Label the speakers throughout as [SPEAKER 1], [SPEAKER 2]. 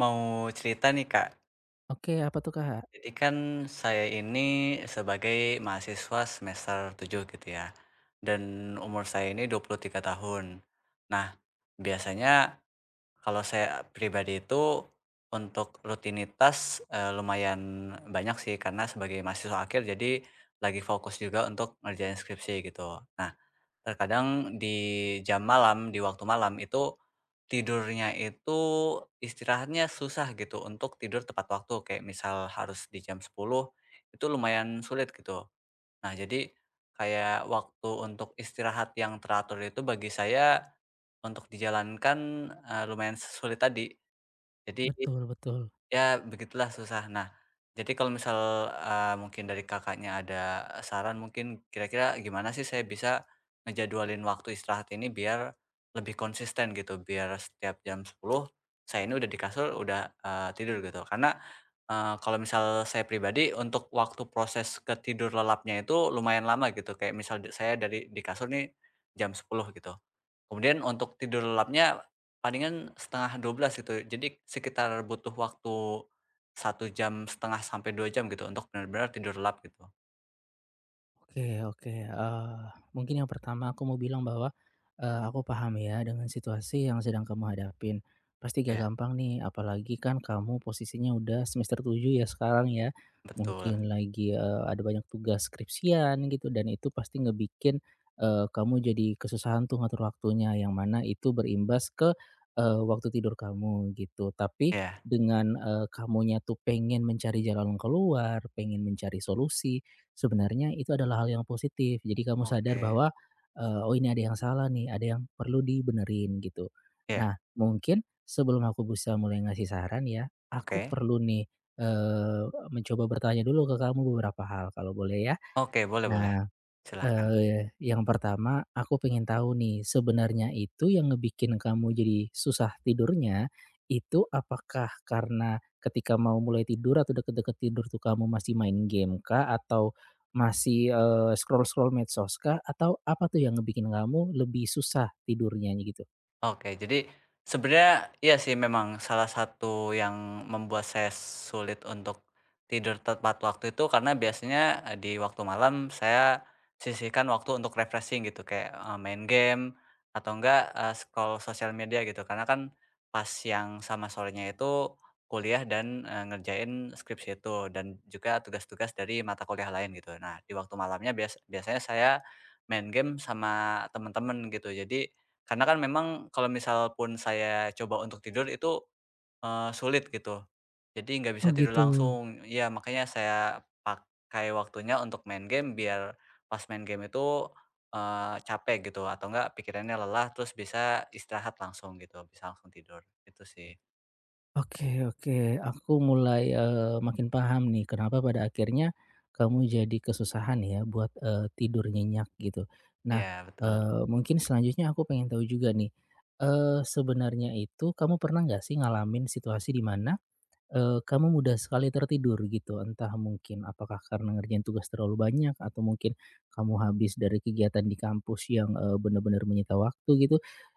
[SPEAKER 1] Mau cerita nih Kak,
[SPEAKER 2] Oke, apa tuh, Kak?
[SPEAKER 1] jadi kan saya ini sebagai mahasiswa semester 7 gitu ya, dan umur saya ini 23 tahun. Nah, biasanya kalau saya pribadi itu untuk rutinitas lumayan banyak sih, karena sebagai mahasiswa akhir jadi lagi fokus juga untuk ngerjain skripsi gitu. Nah, terkadang di jam malam, di waktu malam itu tidurnya itu istirahatnya susah gitu untuk tidur tepat waktu. Kayak misal harus di jam 10 itu lumayan sulit gitu. Nah, jadi kayak waktu untuk istirahat yang teratur itu bagi saya untuk dijalankan, lumayan sulit tadi. Jadi,
[SPEAKER 2] Betul betul.
[SPEAKER 1] ya begitulah susah. Nah, jadi kalau misal, mungkin dari Kakaknya ada saran mungkin kira-kira gimana sih saya bisa ngejadwalin waktu istirahat ini biar lebih konsisten gitu, biar setiap jam 10 saya ini udah di kasur, udah, tidur gitu. Karena, kalau misal saya pribadi untuk waktu proses ke tidur lelapnya itu lumayan lama gitu, kayak misal saya dari di kasur nih jam 10 gitu. Kemudian untuk tidur lelapnya palingan setengah dua belas gitu. Jadi sekitar butuh waktu satu jam setengah sampai 2 jam gitu untuk benar-benar tidur lelap gitu.
[SPEAKER 2] Oke oke, mungkin yang pertama aku mau bilang bahwa, aku paham ya dengan situasi yang sedang kamu hadapin. Pasti gak
[SPEAKER 1] Iya,
[SPEAKER 2] gampang nih, apalagi kan kamu posisinya udah semester 7 ya sekarang ya.
[SPEAKER 1] betul.
[SPEAKER 2] Mungkin lagi, ada banyak tugas skripsian gitu dan itu pasti ngebikin, kamu jadi kesusahan tuh ngatur waktunya, yang mana itu berimbas ke, waktu tidur kamu gitu. Tapi
[SPEAKER 1] Iya,
[SPEAKER 2] dengan, kamunya tuh pengen mencari jalan keluar, pengen mencari solusi, sebenarnya itu adalah hal yang positif. Jadi kamu sadar
[SPEAKER 1] oke.
[SPEAKER 2] bahwa, "Oh, ini ada yang salah nih, ada yang perlu dibenerin," gitu.
[SPEAKER 1] Iya,
[SPEAKER 2] Nah, mungkin sebelum aku bisa mulai ngasih saran ya, aku
[SPEAKER 1] oke.
[SPEAKER 2] perlu nih, eee, mencoba bertanya dulu ke kamu beberapa hal kalau boleh ya?
[SPEAKER 1] Oke, boleh, boleh.
[SPEAKER 2] Nah,
[SPEAKER 1] Silakan.
[SPEAKER 2] Yang pertama aku pengen tahu nih, sebenarnya itu yang ngebikin kamu jadi susah tidurnya, itu apakah karena ketika mau mulai tidur atau deket-deket tidur tuh kamu masih main game kah? Atau masih, scroll-scroll medsos kah? Atau apa tuh yang ngebikin kamu lebih susah tidurnya gitu?
[SPEAKER 1] Oke, jadi sebenarnya iya sih memang salah satu yang membuat saya sulit untuk tidur tepat waktu itu karena biasanya di waktu malam saya sisihkan waktu untuk refreshing gitu kayak main game atau enggak scroll sosial media gitu karena kan pas yang sama sorenya itu kuliah dan ngerjain skripsi itu dan juga tugas-tugas dari mata kuliah lain gitu. Nah, di waktu malamnya biasanya saya main game sama temen-temen gitu. Jadi karena kan memang kalau misal pun saya coba untuk tidur itu, sulit gitu. Jadi nggak bisa
[SPEAKER 2] Oh
[SPEAKER 1] tidur
[SPEAKER 2] gitu.
[SPEAKER 1] langsung. Ya makanya saya pakai waktunya untuk main game biar pas main game itu, capek gitu atau enggak pikirannya lelah terus bisa istirahat langsung gitu, bisa langsung tidur, itu sih.
[SPEAKER 2] Oke oke, aku mulai, makin paham nih kenapa pada akhirnya kamu jadi kesusahan ya buat, tidur nyenyak gitu. Nah,
[SPEAKER 1] Iya, betul.
[SPEAKER 2] mungkin selanjutnya aku pengen tahu juga nih, sebenarnya itu kamu pernah nggak sih ngalamin situasi di mana kamu mudah sekali tertidur gitu, entah mungkin apakah karena ngerjain tugas terlalu banyak atau mungkin kamu habis dari kegiatan di kampus yang, benar bener menyita waktu gitu.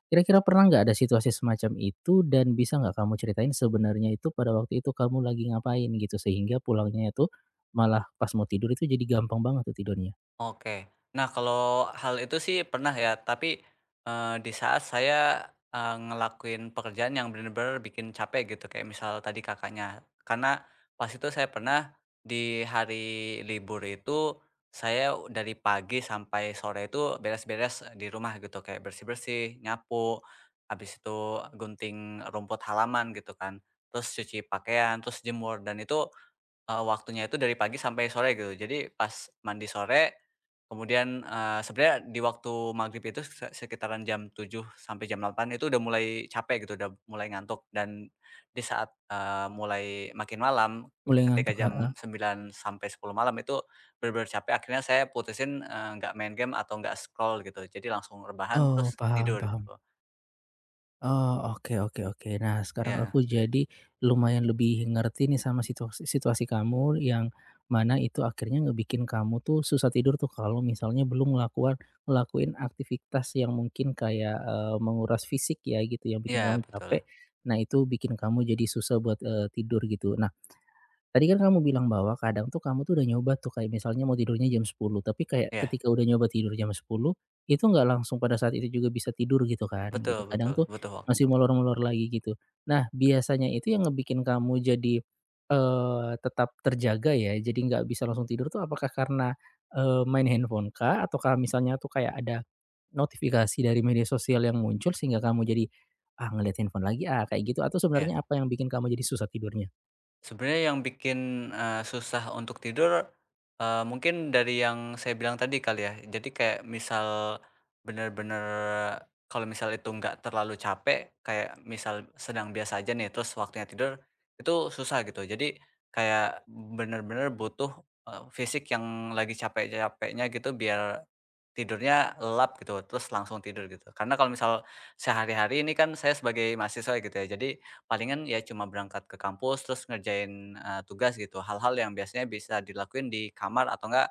[SPEAKER 2] Kira-kira pernah nggak ada situasi semacam itu dan bisa nggak kamu ceritain sebenarnya itu pada waktu itu kamu lagi ngapain gitu, sehingga pulangnya itu malah pas mau tidur itu jadi gampang banget tuh tidurnya?
[SPEAKER 1] Oke. Nah, kalau hal itu sih pernah ya, tapi, di saat saya, ngelakuin pekerjaan yang bener-bener bikin capek gitu, kayak misal tadi Kakaknya. Karena pas itu saya pernah di hari libur itu, saya dari pagi sampai sore itu beres-beres di rumah gitu, kayak bersih-bersih, nyapu, habis itu gunting rumput halaman gitu kan, terus cuci pakaian, terus jemur, dan itu waktunya itu dari pagi sampai sore gitu. Jadi pas mandi sore, kemudian, sebenarnya di waktu maghrib itu sekitaran jam 7 sampai jam 8 itu udah mulai capek gitu, udah mulai ngantuk dan di saat, mulai makin malam,
[SPEAKER 2] Mulai
[SPEAKER 1] ketika
[SPEAKER 2] ngantuk
[SPEAKER 1] jam
[SPEAKER 2] heeh.
[SPEAKER 1] sembilan sampai sepuluh malam itu bener capek, akhirnya saya putusin, nggak main game atau nggak scroll gitu. Jadi langsung rebahan
[SPEAKER 2] Oh,
[SPEAKER 1] terus
[SPEAKER 2] paham
[SPEAKER 1] tidur
[SPEAKER 2] paham.
[SPEAKER 1] gitu.
[SPEAKER 2] Oh, oke oke oke. Nah, sekarang
[SPEAKER 1] Ya,
[SPEAKER 2] aku jadi lumayan lebih ngerti nih sama situasi situasi kamu yang mana itu akhirnya ngebikin kamu tuh susah tidur tuh kalau misalnya belum ngelakuin aktivitas yang mungkin kayak, menguras fisik ya gitu yang bikin
[SPEAKER 1] iya
[SPEAKER 2] kamu
[SPEAKER 1] betul.
[SPEAKER 2] capek. Nah, itu bikin kamu jadi susah buat, tidur gitu. Tadi kan kamu bilang bahwa kadang tuh kamu tuh udah nyoba tuh kayak misalnya mau tidurnya jam 10, tapi kayak
[SPEAKER 1] Ya,
[SPEAKER 2] ketika udah nyoba tidur jam 10 itu nggak langsung pada saat itu juga bisa tidur gitu kan,
[SPEAKER 1] betul,
[SPEAKER 2] gitu.
[SPEAKER 1] betul,
[SPEAKER 2] Kadang tuh
[SPEAKER 1] butuh
[SPEAKER 2] masih molor-molor lagi gitu. Nah, biasanya itu yang ngebikin kamu jadi, tetap terjaga ya, jadi nggak bisa langsung tidur tuh apakah karena, main handphone kah? Ataukah misalnya tuh kayak ada notifikasi dari media sosial yang muncul sehingga kamu jadi, "Ah, ngeliat handphone lagi ah," kayak gitu, atau
[SPEAKER 1] iya.
[SPEAKER 2] sebenarnya apa yang bikin kamu jadi susah tidurnya?
[SPEAKER 1] Sebenarnya yang bikin, susah untuk tidur, mungkin dari yang saya bilang tadi kali ya. Jadi kayak misal bener-bener kalau misal itu nggak terlalu capek, kayak misal sedang biasa aja nih, terus waktunya tidur, itu susah gitu. Jadi kayak bener-bener butuh, fisik yang lagi capek-capeknya gitu biar tidurnya lelap gitu, terus langsung tidur gitu. Karena kalau misal sehari-hari ini kan saya sebagai mahasiswa gitu ya, jadi palingan ya cuma berangkat ke kampus, terus ngerjain, tugas gitu, hal-hal yang biasanya bisa dilakuin di kamar atau enggak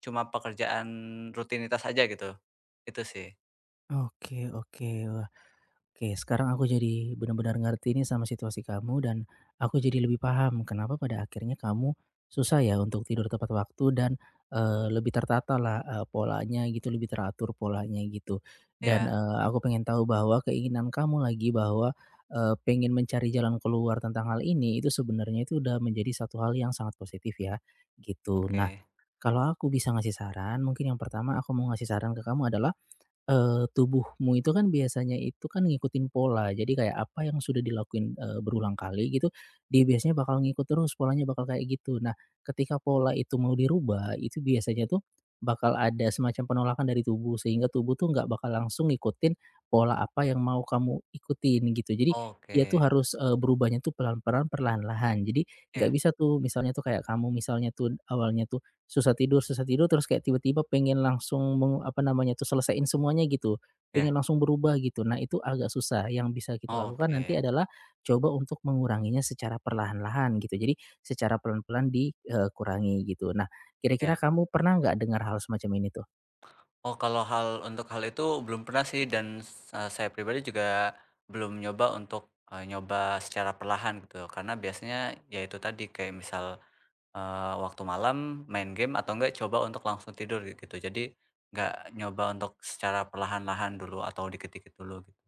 [SPEAKER 1] cuma pekerjaan rutinitas aja gitu. Itu sih.
[SPEAKER 2] Oke oke. Wah, oke sekarang aku jadi benar-benar ngerti nih sama situasi kamu dan aku jadi lebih paham kenapa pada akhirnya kamu susah ya untuk tidur tepat waktu dan, lebih tertatalah, polanya gitu, lebih teratur polanya gitu. Dan,
[SPEAKER 1] Iya.
[SPEAKER 2] aku pengen tahu bahwa keinginan kamu lagi bahwa, pengen mencari jalan keluar tentang hal ini itu sebenarnya itu udah menjadi satu hal yang sangat positif ya, gitu. Nah,
[SPEAKER 1] Oke.
[SPEAKER 2] kalau aku bisa ngasih saran mungkin yang pertama aku mau ngasih saran ke kamu adalah tubuhmu itu kan biasanya itu kan ngikutin pola. Jadi kayak apa yang sudah dilakuin, berulang kali gitu, dia biasanya bakal ngikut terus, polanya bakal kayak gitu. Nah, ketika pola itu mau dirubah, itu biasanya tuh bakal ada semacam penolakan dari tubuh, sehingga tubuh tuh nggak bakal langsung ngikutin pola apa yang mau kamu ikutin gitu. Jadi dia tuh
[SPEAKER 1] Oke.
[SPEAKER 2] harus, berubahnya tuh pelan-pelan, perlahan-lahan. Jadi nggak
[SPEAKER 1] Iya,
[SPEAKER 2] bisa tuh misalnya tuh kayak kamu misalnya tuh awalnya tuh susah tidur susah tidur terus kayak tiba-tiba pengen langsung apa namanya tuh, selesaiin semuanya gitu,
[SPEAKER 1] iya.
[SPEAKER 2] pengen langsung berubah gitu. Nah itu agak susah, yang bisa kita lakukan nanti
[SPEAKER 1] Oke.
[SPEAKER 2] adalah coba untuk menguranginya secara perlahan-lahan gitu. Jadi secara pelan-pelan dikurangi gitu. Nah, kira-kira
[SPEAKER 1] Iya.
[SPEAKER 2] kamu pernah nggak dengar hal semacam ini tuh?
[SPEAKER 1] Oh, kalau hal untuk hal itu belum pernah sih dan saya pribadi juga belum nyoba untuk, nyoba secara perlahan gitu, karena biasanya ya itu tadi kayak misal waktu malam main game atau enggak coba untuk langsung tidur gitu. Gitu. Jadi nggak nyoba untuk secara perlahan-lahan dulu atau dikit-dikit dulu gitu.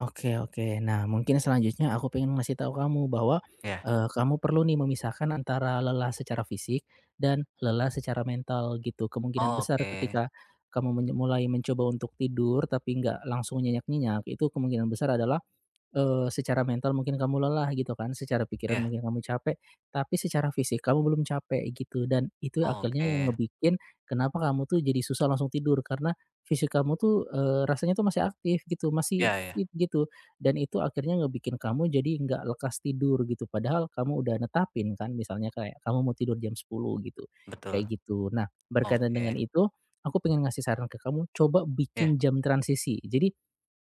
[SPEAKER 2] Oke oke. Nah, mungkin selanjutnya aku pengen ngasih tahu kamu bahwa,
[SPEAKER 1] Iya.
[SPEAKER 2] kamu perlu nih memisahkan antara lelah secara fisik dan lelah secara mental gitu. Kemungkinan besar
[SPEAKER 1] Oke.
[SPEAKER 2] ketika kamu mulai mencoba untuk tidur tapi nggak langsung nyenyak-nyenyak, itu kemungkinan besar adalah secara mental mungkin kamu lelah gitu kan, secara pikiran
[SPEAKER 1] Iya.
[SPEAKER 2] mungkin kamu capek, tapi secara fisik kamu belum capek gitu dan itu akhirnya yang
[SPEAKER 1] Oke.
[SPEAKER 2] ngebikin kenapa kamu tuh jadi susah langsung tidur karena fisik kamu tuh, rasanya tuh masih aktif gitu,
[SPEAKER 1] Iya,
[SPEAKER 2] masih
[SPEAKER 1] iya.
[SPEAKER 2] fit gitu dan itu akhirnya ngebikin kamu jadi nggak lekas tidur gitu padahal kamu udah netapin kan misalnya kayak kamu mau tidur jam 10 gitu,
[SPEAKER 1] Betul.
[SPEAKER 2] kayak gitu. Nah berkaitan dengan
[SPEAKER 1] Oke.
[SPEAKER 2] itu, aku pengen ngasih saran ke kamu coba
[SPEAKER 1] Iya,
[SPEAKER 2] bikin jam transisi. Jadi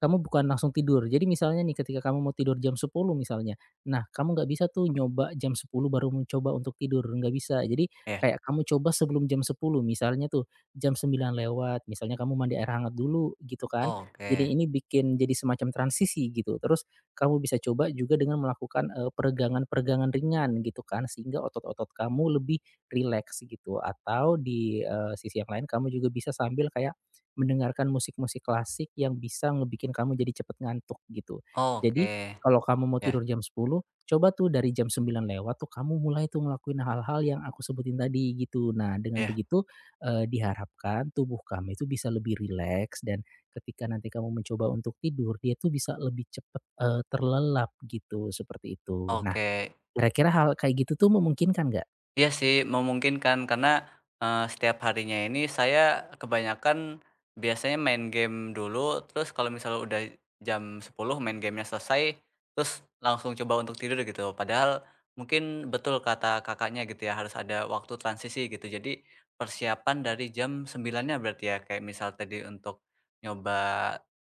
[SPEAKER 2] kamu bukan langsung tidur. Jadi misalnya nih ketika kamu mau tidur jam sepuluh misalnya, nah kamu nggak bisa tuh nyoba jam 10 baru mencoba untuk tidur, nggak bisa. Jadi
[SPEAKER 1] iya.
[SPEAKER 2] kayak kamu coba sebelum jam 10 misalnya tuh jam 9 lewat, misalnya kamu mandi air hangat dulu gitu kan.
[SPEAKER 1] Oke.
[SPEAKER 2] Jadi ini bikin jadi semacam transisi gitu. Terus kamu bisa coba juga dengan melakukan, peregangan-peregangan ringan gitu kan sehingga otot-otot kamu lebih rileks gitu. Atau di, sisi yang lain kamu juga bisa sambil kayak mendengarkan musik-musik klasik yang bisa ngebikin kamu jadi cepet ngantuk gitu. Jadi
[SPEAKER 1] Oke.
[SPEAKER 2] kalau kamu mau
[SPEAKER 1] Iya,
[SPEAKER 2] tidur jam sepuluh, coba tuh dari jam 9 lewat tuh kamu mulai tuh ngelakuin hal-hal yang aku sebutin tadi gitu. Nah dengan
[SPEAKER 1] iya.
[SPEAKER 2] begitu, diharapkan tubuh kamu itu bisa lebih rileks dan ketika nanti kamu mencoba untuk tidur, dia tuh bisa lebih cepet, terlelap gitu, seperti itu. Nah,
[SPEAKER 1] Oke.
[SPEAKER 2] kira-kira hal kayak gitu tuh memungkinkan nggak?
[SPEAKER 1] Iya sih, memungkinkan karena, setiap harinya ini saya kebanyakan biasanya main game dulu, terus kalau misalnya udah jam 10 main gamenya selesai, terus langsung coba untuk tidur gitu. Padahal mungkin betul kata Kakaknya gitu ya, harus ada waktu transisi gitu. Jadi persiapan dari jam sembilannya berarti ya, kayak misal tadi untuk nyoba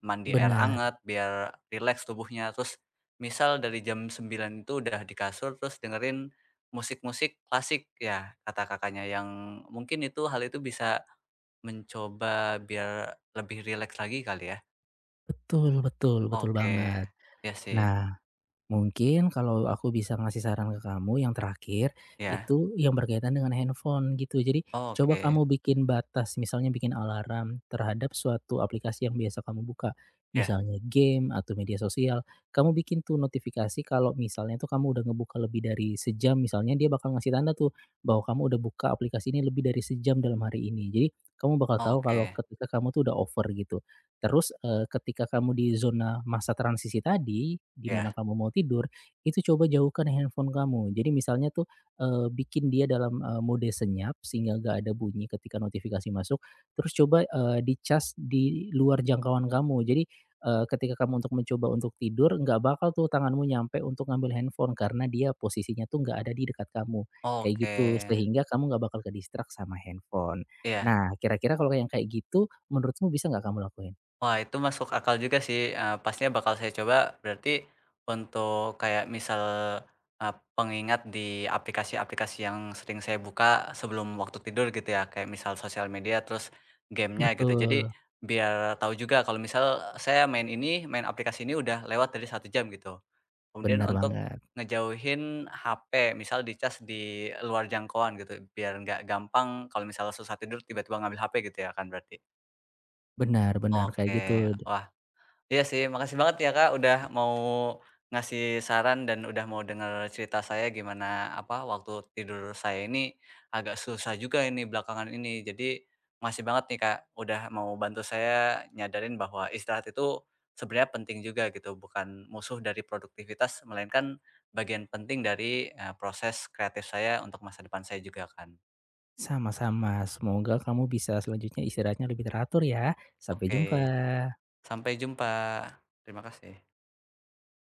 [SPEAKER 1] mandi air
[SPEAKER 2] Benar,
[SPEAKER 1] hangat biar rileks tubuhnya, terus misal dari jam 9 itu udah di kasur, terus dengerin musik-musik klasik ya, kata Kakaknya, yang mungkin itu hal itu bisa mencoba biar lebih rileks lagi kali ya?
[SPEAKER 2] betul betul betul
[SPEAKER 1] Oke,
[SPEAKER 2] banget.
[SPEAKER 1] ya sih,
[SPEAKER 2] Nah, mungkin kalau aku bisa ngasih saran ke kamu yang terakhir,
[SPEAKER 1] ya,
[SPEAKER 2] itu yang berkaitan dengan handphone gitu. Jadi coba
[SPEAKER 1] oke,
[SPEAKER 2] kamu bikin batas, misalnya bikin alarm terhadap suatu aplikasi yang biasa kamu buka,
[SPEAKER 1] ya,
[SPEAKER 2] misalnya game atau media sosial. Kamu bikin tuh notifikasi kalau misalnya tuh kamu udah ngebuka lebih dari sejam, misalnya dia bakal ngasih tanda tuh bahwa kamu udah buka aplikasi ini lebih dari sejam dalam hari ini. Jadi kamu bakal tahu kalau
[SPEAKER 1] oke,
[SPEAKER 2] ketika kamu tuh udah over gitu. Terus, ketika kamu di zona masa transisi tadi, di
[SPEAKER 1] ya,
[SPEAKER 2] mana kamu mau tidur, itu coba jauhkan handphone kamu. Jadi misalnya tuh, bikin dia dalam, mode senyap sehingga gak ada bunyi ketika notifikasi masuk, terus coba, di-cas di luar jangkauan kamu. Jadi, ketika kamu untuk mencoba untuk tidur, nggak bakal tuh tanganmu nyampe untuk ngambil handphone karena dia posisinya tuh nggak ada di dekat kamu, kayak
[SPEAKER 1] oke,
[SPEAKER 2] gitu. Sehingga kamu nggak bakal ke-distract sama handphone.
[SPEAKER 1] ya,
[SPEAKER 2] Nah, kira-kira kalau yang kayak gitu, menurutmu bisa nggak kamu lakuin?
[SPEAKER 1] wah, itu masuk akal juga sih, pastinya bakal saya coba. Berarti untuk kayak misal, pengingat di aplikasi-aplikasi yang sering saya buka sebelum waktu tidur gitu ya, kayak misal sosial media, terus gamenya gitu. Jadi
[SPEAKER 2] Betul,
[SPEAKER 1] biar tahu juga kalau misal saya main ini, main aplikasi ini udah lewat dari 1 jam gitu. Kemudian
[SPEAKER 2] benar
[SPEAKER 1] untuk
[SPEAKER 2] banget.
[SPEAKER 1] ngejauhin HP, misal dicas di luar jangkauan gitu, biar nggak gampang kalau misal susah tidur tiba-tiba ngambil HP gitu ya kan berarti?
[SPEAKER 2] Benar benar, kayak gitu.
[SPEAKER 1] Oke, wah, iya sih, makasih banget ya Kak, udah mau ngasih saran dan udah mau dengar cerita saya gimana apa waktu tidur saya ini agak susah juga ini belakangan ini. Jadi makasih banget nih Kak, udah mau bantu saya nyadarin bahwa istirahat itu sebenarnya penting juga gitu, bukan musuh dari produktivitas, melainkan bagian penting dari proses kreatif saya untuk masa depan saya juga kan.
[SPEAKER 2] Sama-sama, semoga kamu bisa selanjutnya istirahatnya lebih teratur ya. Sampai jumpa.
[SPEAKER 1] Oke, sampai jumpa. Terima kasih.